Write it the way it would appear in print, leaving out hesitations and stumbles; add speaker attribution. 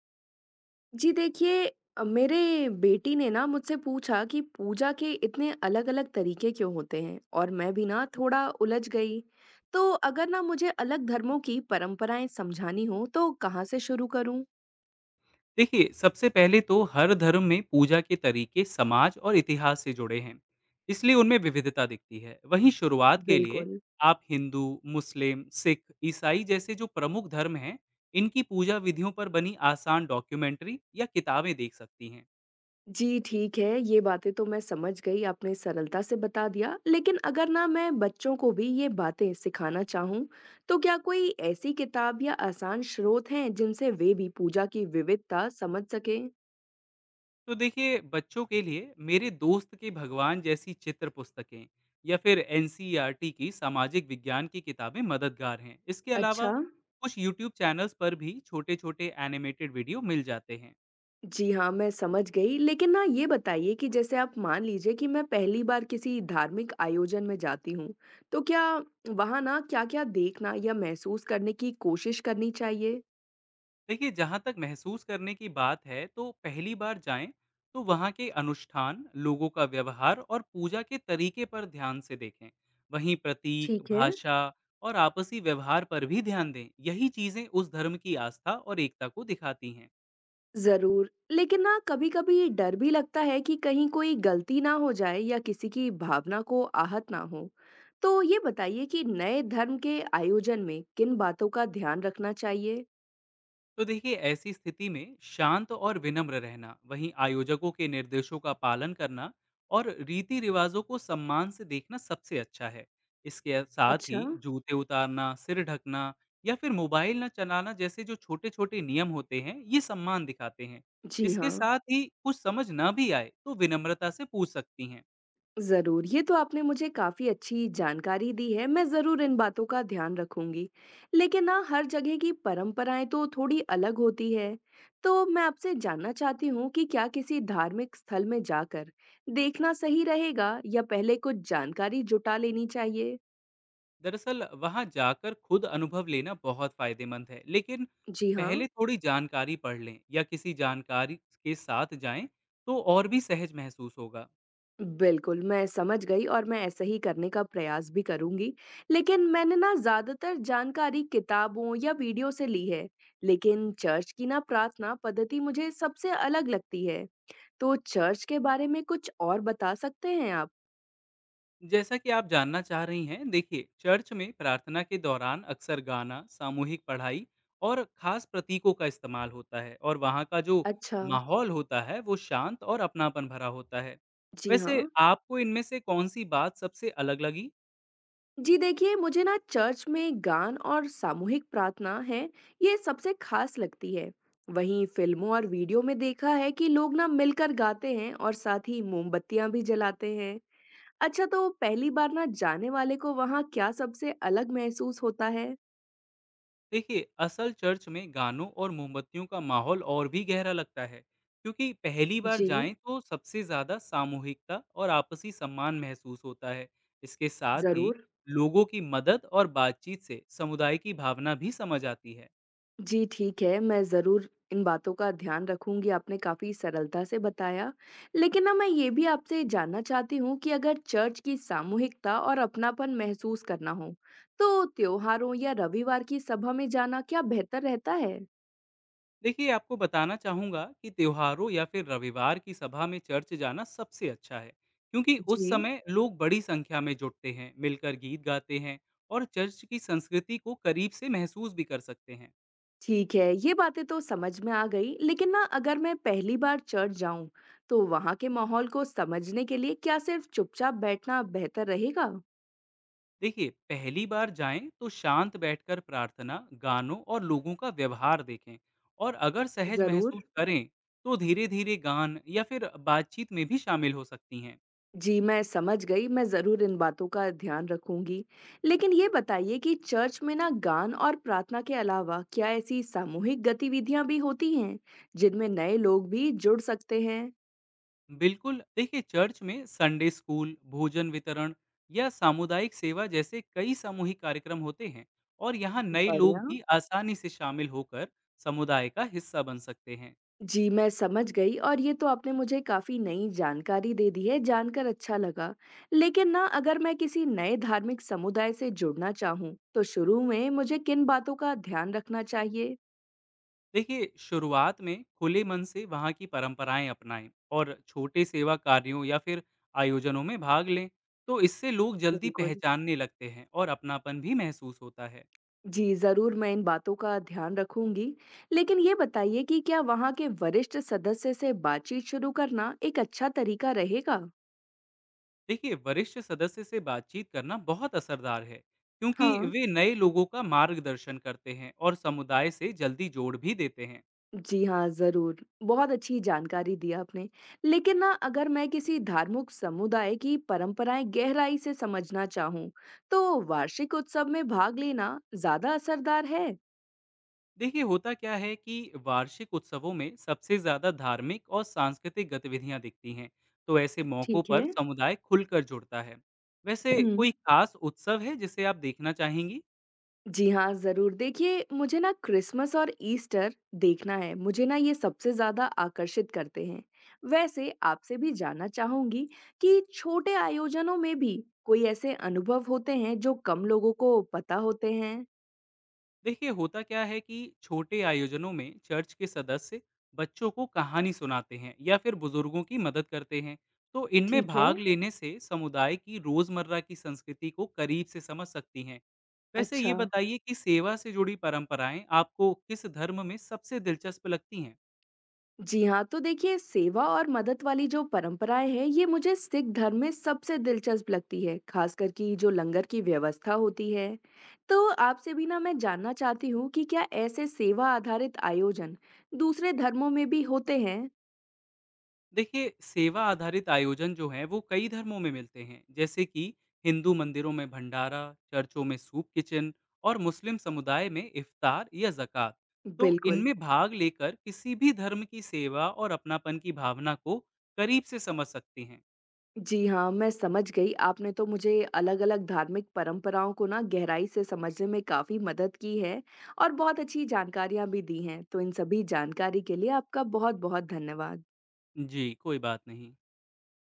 Speaker 1: जी देखिए, मेरे बेटी ने ना मुझसे पूछा कि पूजा के इतने अलग-अलग तरीके क्यों होते हैं और मैं भी ना थोड़ा उलझ गई। तो अगर ना मुझे अलग धर्मों की परंपराएं समझानी हो तो कहाँ से शुरू करूं?
Speaker 2: देखिए सबसे पहले तो हर धर्म में पूजा के तरीके समाज और इतिहास से जुड़े हैं। इसलिए उनमें विविधता दिखती है। वहीं शुरुआत के लिए
Speaker 1: बिल्कुल।
Speaker 2: आप हिंदू, मुस्लिम, सिख, ईसाई जैसे जो प्रमुख धर्म हैं, इनकी पूजा विधियों पर बनी आसान डॉक्यूमेंट्री या किताबें देख सकती हैं।
Speaker 1: जी ठीक है, ये बातें तो मैं समझ गई, आपने सरलता से बता दिया। लेकिन अगर ना मैं बच्चों को भी ये बातें सिखाना चाहूँ, तो क्या कोई ऐसी किताब या आसान स्रोत हैं जिनसे वे भी पूजा की विविधता समझ सकें?
Speaker 2: तो देखिए बच्चों के लिए मेरे दोस्त के भगवान जैसी चित्र पुस्तकें या फिर एनसीईआरटी की सामाजिक विज्ञान की किताबें मददगार हैं। इसके अलावा
Speaker 1: अच्छा।
Speaker 2: कुछ यूट्यूब चैनल्स पर भी छोटे छोटे एनिमेटेड वीडियो मिल जाते हैं।
Speaker 1: जी हाँ, मैं समझ गई। लेकिन ना ये बताइए कि जैसे आप मान लीजिए कि मैं पहली बार किसी धार्मिक आयोजन में जाती हूँ, तो क्या वहाँ ना क्या-क्या देखना या महसूस करने की कोशिश करनी चाहिए?
Speaker 2: देखिए जहाँ तक महसूस करने की बात है, तो पहली बार जाएं तो वहाँ के अनुष्ठान, लोगों का व्यवहार और पूजा के तरीके पर ध्यान से देखें। वहीं प्रतीक,
Speaker 1: ठीक है।
Speaker 2: भाषा और आपसी व्यवहार पर भी ध्यान दें। यही चीज़ें उस धर्म की आस्था और एकता को दिखाती हैं।
Speaker 1: ज़रूर। लेकिन ना कभी-कभी डर भी लगता है कि कहीं कोई गलती ना हो जाए या किसी की भावना को आहत ना हो। तो ये बताइए कि नए धर्म के आयोजन में किन बातों का ध्यान रखना चाहिए?
Speaker 2: तो देखिए ऐसी स्थिति में शांत और विनम्र रहना, वहीं आयोजकों के निर्देशों का पालन करना और रीति रिवाजों को सम्मान से देखना सबसे अच्छा है। इसके साथ ही
Speaker 1: अच्छा।
Speaker 2: जूते उतारना, सिर ढकना या फिर मोबाइल न चलाना जैसे जो छोटे छोटे नियम होते हैं, ये सम्मान दिखाते हैं।
Speaker 1: जी
Speaker 2: इसके
Speaker 1: हाँ।
Speaker 2: साथ ही कुछ समझ ना भी आए तो विनम्रता से पूछ सकती हैं।
Speaker 1: ज़रूर, ये तो आपने मुझे काफ़ी अच्छी जानकारी दी है, मैं ज़रूर इन बातों का ध्यान रखूँगी। लेकिन ना हर जगह की परंपराएँ तो थोड़ी अलग होती है, तो मैं आपसे जानना चाहती हूँ कि क्या किसी धार्मिक स्थल में जाकर देखना सही रहेगा या पहले कुछ जानकारी जुटा लेनी चाहिए?
Speaker 2: दरअसल वहां जाकर खुद अनुभव लेना बहुत फायदेमंद है, लेकिन
Speaker 1: जी हाँ।
Speaker 2: पहले थोड़ी जानकारी पढ़ लें या किसी जानकारी के साथ जाएं तो और भी सहज महसूस होगा।
Speaker 1: बिल्कुल, मैं समझ गई और मैं ऐसा ही करने का प्रयास भी करूँगी। लेकिन मैंने ना ज़्यादातर जानकारी किताबों या वीडियो से ली है, लेकिन चर्च की ना प्रार्थना पद्धति मुझे सबसे अलग लगती है। तो चर्च के बारे में कुछ और बता सकते हैं आप?
Speaker 2: जैसा कि आप जानना चाह रही हैं, देखिए चर्च में प्रार्थना के दौरान अक्सर गाना, सामूहिक पढ़ाई और खास प्रतीकों का इस्तेमाल होता है। और वहाँ का जो
Speaker 1: अच्छा,
Speaker 2: माहौल होता है वो शांत और अपनापन भरा होता है।
Speaker 1: जी
Speaker 2: वैसे
Speaker 1: हाँ।
Speaker 2: आपको इनमें से कौन सी बात सबसे अलग लगी?
Speaker 1: जी देखिए, मुझे ना चर्च में गान और सामूहिक प्रार्थना है, ये सबसे खास लगती है। वहीं फ़िल्मों और वीडियो में देखा है कि लोग ना मिलकर गाते हैं और साथ ही मोमबत्तियाँ भी जलाते हैं। अच्छा, तो पहली बार ना जाने वाले को वहाँ क्या सबसे अलग महसूस होता है?
Speaker 2: देखिए असल चर्च में गानों और मोमबत्तियों का माहौल और भी गहरा लगता है, क्योंकि पहली बार
Speaker 1: जी,
Speaker 2: जाएं तो सबसे ज़्यादा सामूहिकता और आपसी सम्मान महसूस होता है। इसके साथ ही
Speaker 1: ज़रूर।
Speaker 2: लोगों की मदद और बातचीत से समुदाय की भावना भी समझ आती है।
Speaker 1: जी, ठीक है, मैं ज़रूर इन बातों का ध्यान रखूँगी, आपने काफ़ी सरलता से बताया। लेकिन ना मैं ये भी आपसे जानना चाहती हूँ कि अगर चर्च की सामूहिकता और अपनापन महसूस करना हो, तो त्योहारों या रविवार की सभा में जाना क्या बेहतर रहता है?
Speaker 2: देखिए आपको बताना चाहूँगा कि त्योहारों या फिर रविवार की सभा में चर्च जाना सबसे अच्छा है, क्योंकि उस
Speaker 1: जी।
Speaker 2: समय लोग बड़ी संख्या में जुटते हैं, मिलकर गीत गाते हैं और चर्च की संस्कृति को करीब से महसूस भी कर सकते हैं।
Speaker 1: ठीक है, ये बातें तो समझ में आ गई। लेकिन ना अगर मैं पहली बार चर्च जाऊं, तो वहां के माहौल को समझने के लिए क्या सिर्फ चुपचाप बैठना बेहतर रहेगा?
Speaker 2: देखिए पहली बार जाएं तो शांत बैठकर प्रार्थना, गानों और लोगों का व्यवहार देखें, और अगर सहज महसूस
Speaker 1: जरूर।
Speaker 2: करें तो धीरे धीरे गान या फिर बातचीत में भी शामिल हो सकती हैं।
Speaker 1: जी, मैं समझ गई। मैं जरूर इन बातों का ध्यान रखूंगी। लेकिन ये बताइए कि चर्च में ना गान और प्रार्थना के अलावा क्या ऐसी सामूहिक गतिविधियां भी होती हैं जिनमें नए लोग भी जुड़ सकते हैं?
Speaker 2: बिल्कुल, देखिए चर्च में संडे स्कूल, भोजन वितरण या सामुदायिक सेवा जैसे कई सामूहिक कार्यक्रम होते हैं और यहाँ नए
Speaker 1: बढ़िया।
Speaker 2: लोग भी आसानी से शामिल होकर समुदाय का हिस्सा बन सकते हैं।
Speaker 1: जी, मैं समझ गई और ये तो आपने मुझे काफ़ी नई जानकारी दे दी है, जानकर अच्छा लगा। लेकिन ना अगर मैं किसी नए धार्मिक समुदाय से जुड़ना चाहूँ, तो शुरू में मुझे किन बातों का ध्यान रखना चाहिए?
Speaker 2: देखिए शुरुआत में खुले मन से वहाँ की परंपराएं अपनाएं और छोटे सेवा कार्यों या फिर आयोजनों में भाग लें, तो इससे लोग जल्दी
Speaker 1: बिल्कुल।
Speaker 2: पहचानने लगते हैं और अपनापन भी महसूस होता है।
Speaker 1: जी, ज़रूर मैं इन बातों का ध्यान रखूंगी। लेकिन ये बताइए कि क्या वहाँ के वरिष्ठ सदस्य से बातचीत शुरू करना एक अच्छा तरीका रहेगा?
Speaker 2: देखिए वरिष्ठ सदस्य से बातचीत करना बहुत असरदार है, क्योंकि
Speaker 1: हाँ।
Speaker 2: वे नए लोगों का मार्गदर्शन करते हैं और समुदाय से जल्दी जोड़ भी देते हैं।
Speaker 1: जी हाँ, ज़रूर। बहुत अच्छी जानकारी दी आपने। लेकिन ना अगर मैं किसी धार्मिक समुदाय की परंपराएँ गहराई से समझना चाहूँ, तो वार्षिक उत्सव में भाग लेना ज़्यादा असरदार है?
Speaker 2: देखिए होता क्या है कि वार्षिक उत्सवों में सबसे ज़्यादा धार्मिक और सांस्कृतिक गतिविधियां दिखती हैं, तो ऐसे मौक़ों
Speaker 1: ठीक है।
Speaker 2: पर समुदाय खुलकर जुड़ता है। वैसे
Speaker 1: हुँ।
Speaker 2: कोई खास उत्सव है जिसे आप देखना चाहेंगी?
Speaker 1: जी हाँ, ज़रूर। देखिए, मुझे ना क्रिसमस और ईस्टर देखना है। मुझे ना ये सबसे ज़्यादा आकर्षित करते हैं। वैसे आपसे भी जानना चाहूँगी कि छोटे आयोजनों में भी कोई ऐसे अनुभव होते हैं जो कम लोगों को पता होते हैं?
Speaker 2: देखिए होता क्या है कि छोटे आयोजनों में चर्च के सदस्य बच्चों को कहानी सुनाते हैं या फिर बुजुर्गों की मदद करते हैं, तो इनमें
Speaker 1: ठीक है।
Speaker 2: भाग लेने से समुदाय की रोज़मर्रा की संस्कृति को करीब से समझ सकती हैं। वैसे ये
Speaker 1: अच्छा।
Speaker 2: बताइए कि सेवा से जुड़ी परंपराएँ आपको किस धर्म में सबसे दिलचस्प लगती हैं?
Speaker 1: जी हाँ, तो देखिए सेवा और मदद वाली जो परंपराएं हैं ये मुझे सिख धर्म में सबसे दिलचस्प लगती है, खासकर कि जो लंगर की व्यवस्था होती है। तो आपसे भी ना मैं जानना चाहती हूँ कि क्या ऐसे सेवा आधारित आयोजन दूसरे धर्मों में भी होते हैं?
Speaker 2: देखिए, सेवा आधारित आयोजन जो हैं, वो कई धर्मों में मिलते हैं, जैसे कि हिंदू मंदिरों में भंडारा, चर्चों में सूप किचन और मुस्लिम समुदाय में इफ्तार या ज़कात। तो
Speaker 1: बिल्कुल।
Speaker 2: इनमें भाग लेकर किसी भी धर्म की सेवा और अपनापन की भावना को करीब से समझ सकते हैं।
Speaker 1: जी हाँ, मैं समझ गई। आपने तो मुझे अलग-अलग धार्मिक परंपराओं को ना गहराई से समझने में काफी मदद की है और बहुत अच्छी जानकारियां भी दी हैं। तो इन सभी जानकारी के लिए आपका बहुत-बहुत धन्यवाद।
Speaker 2: जी, कोई बात नहीं।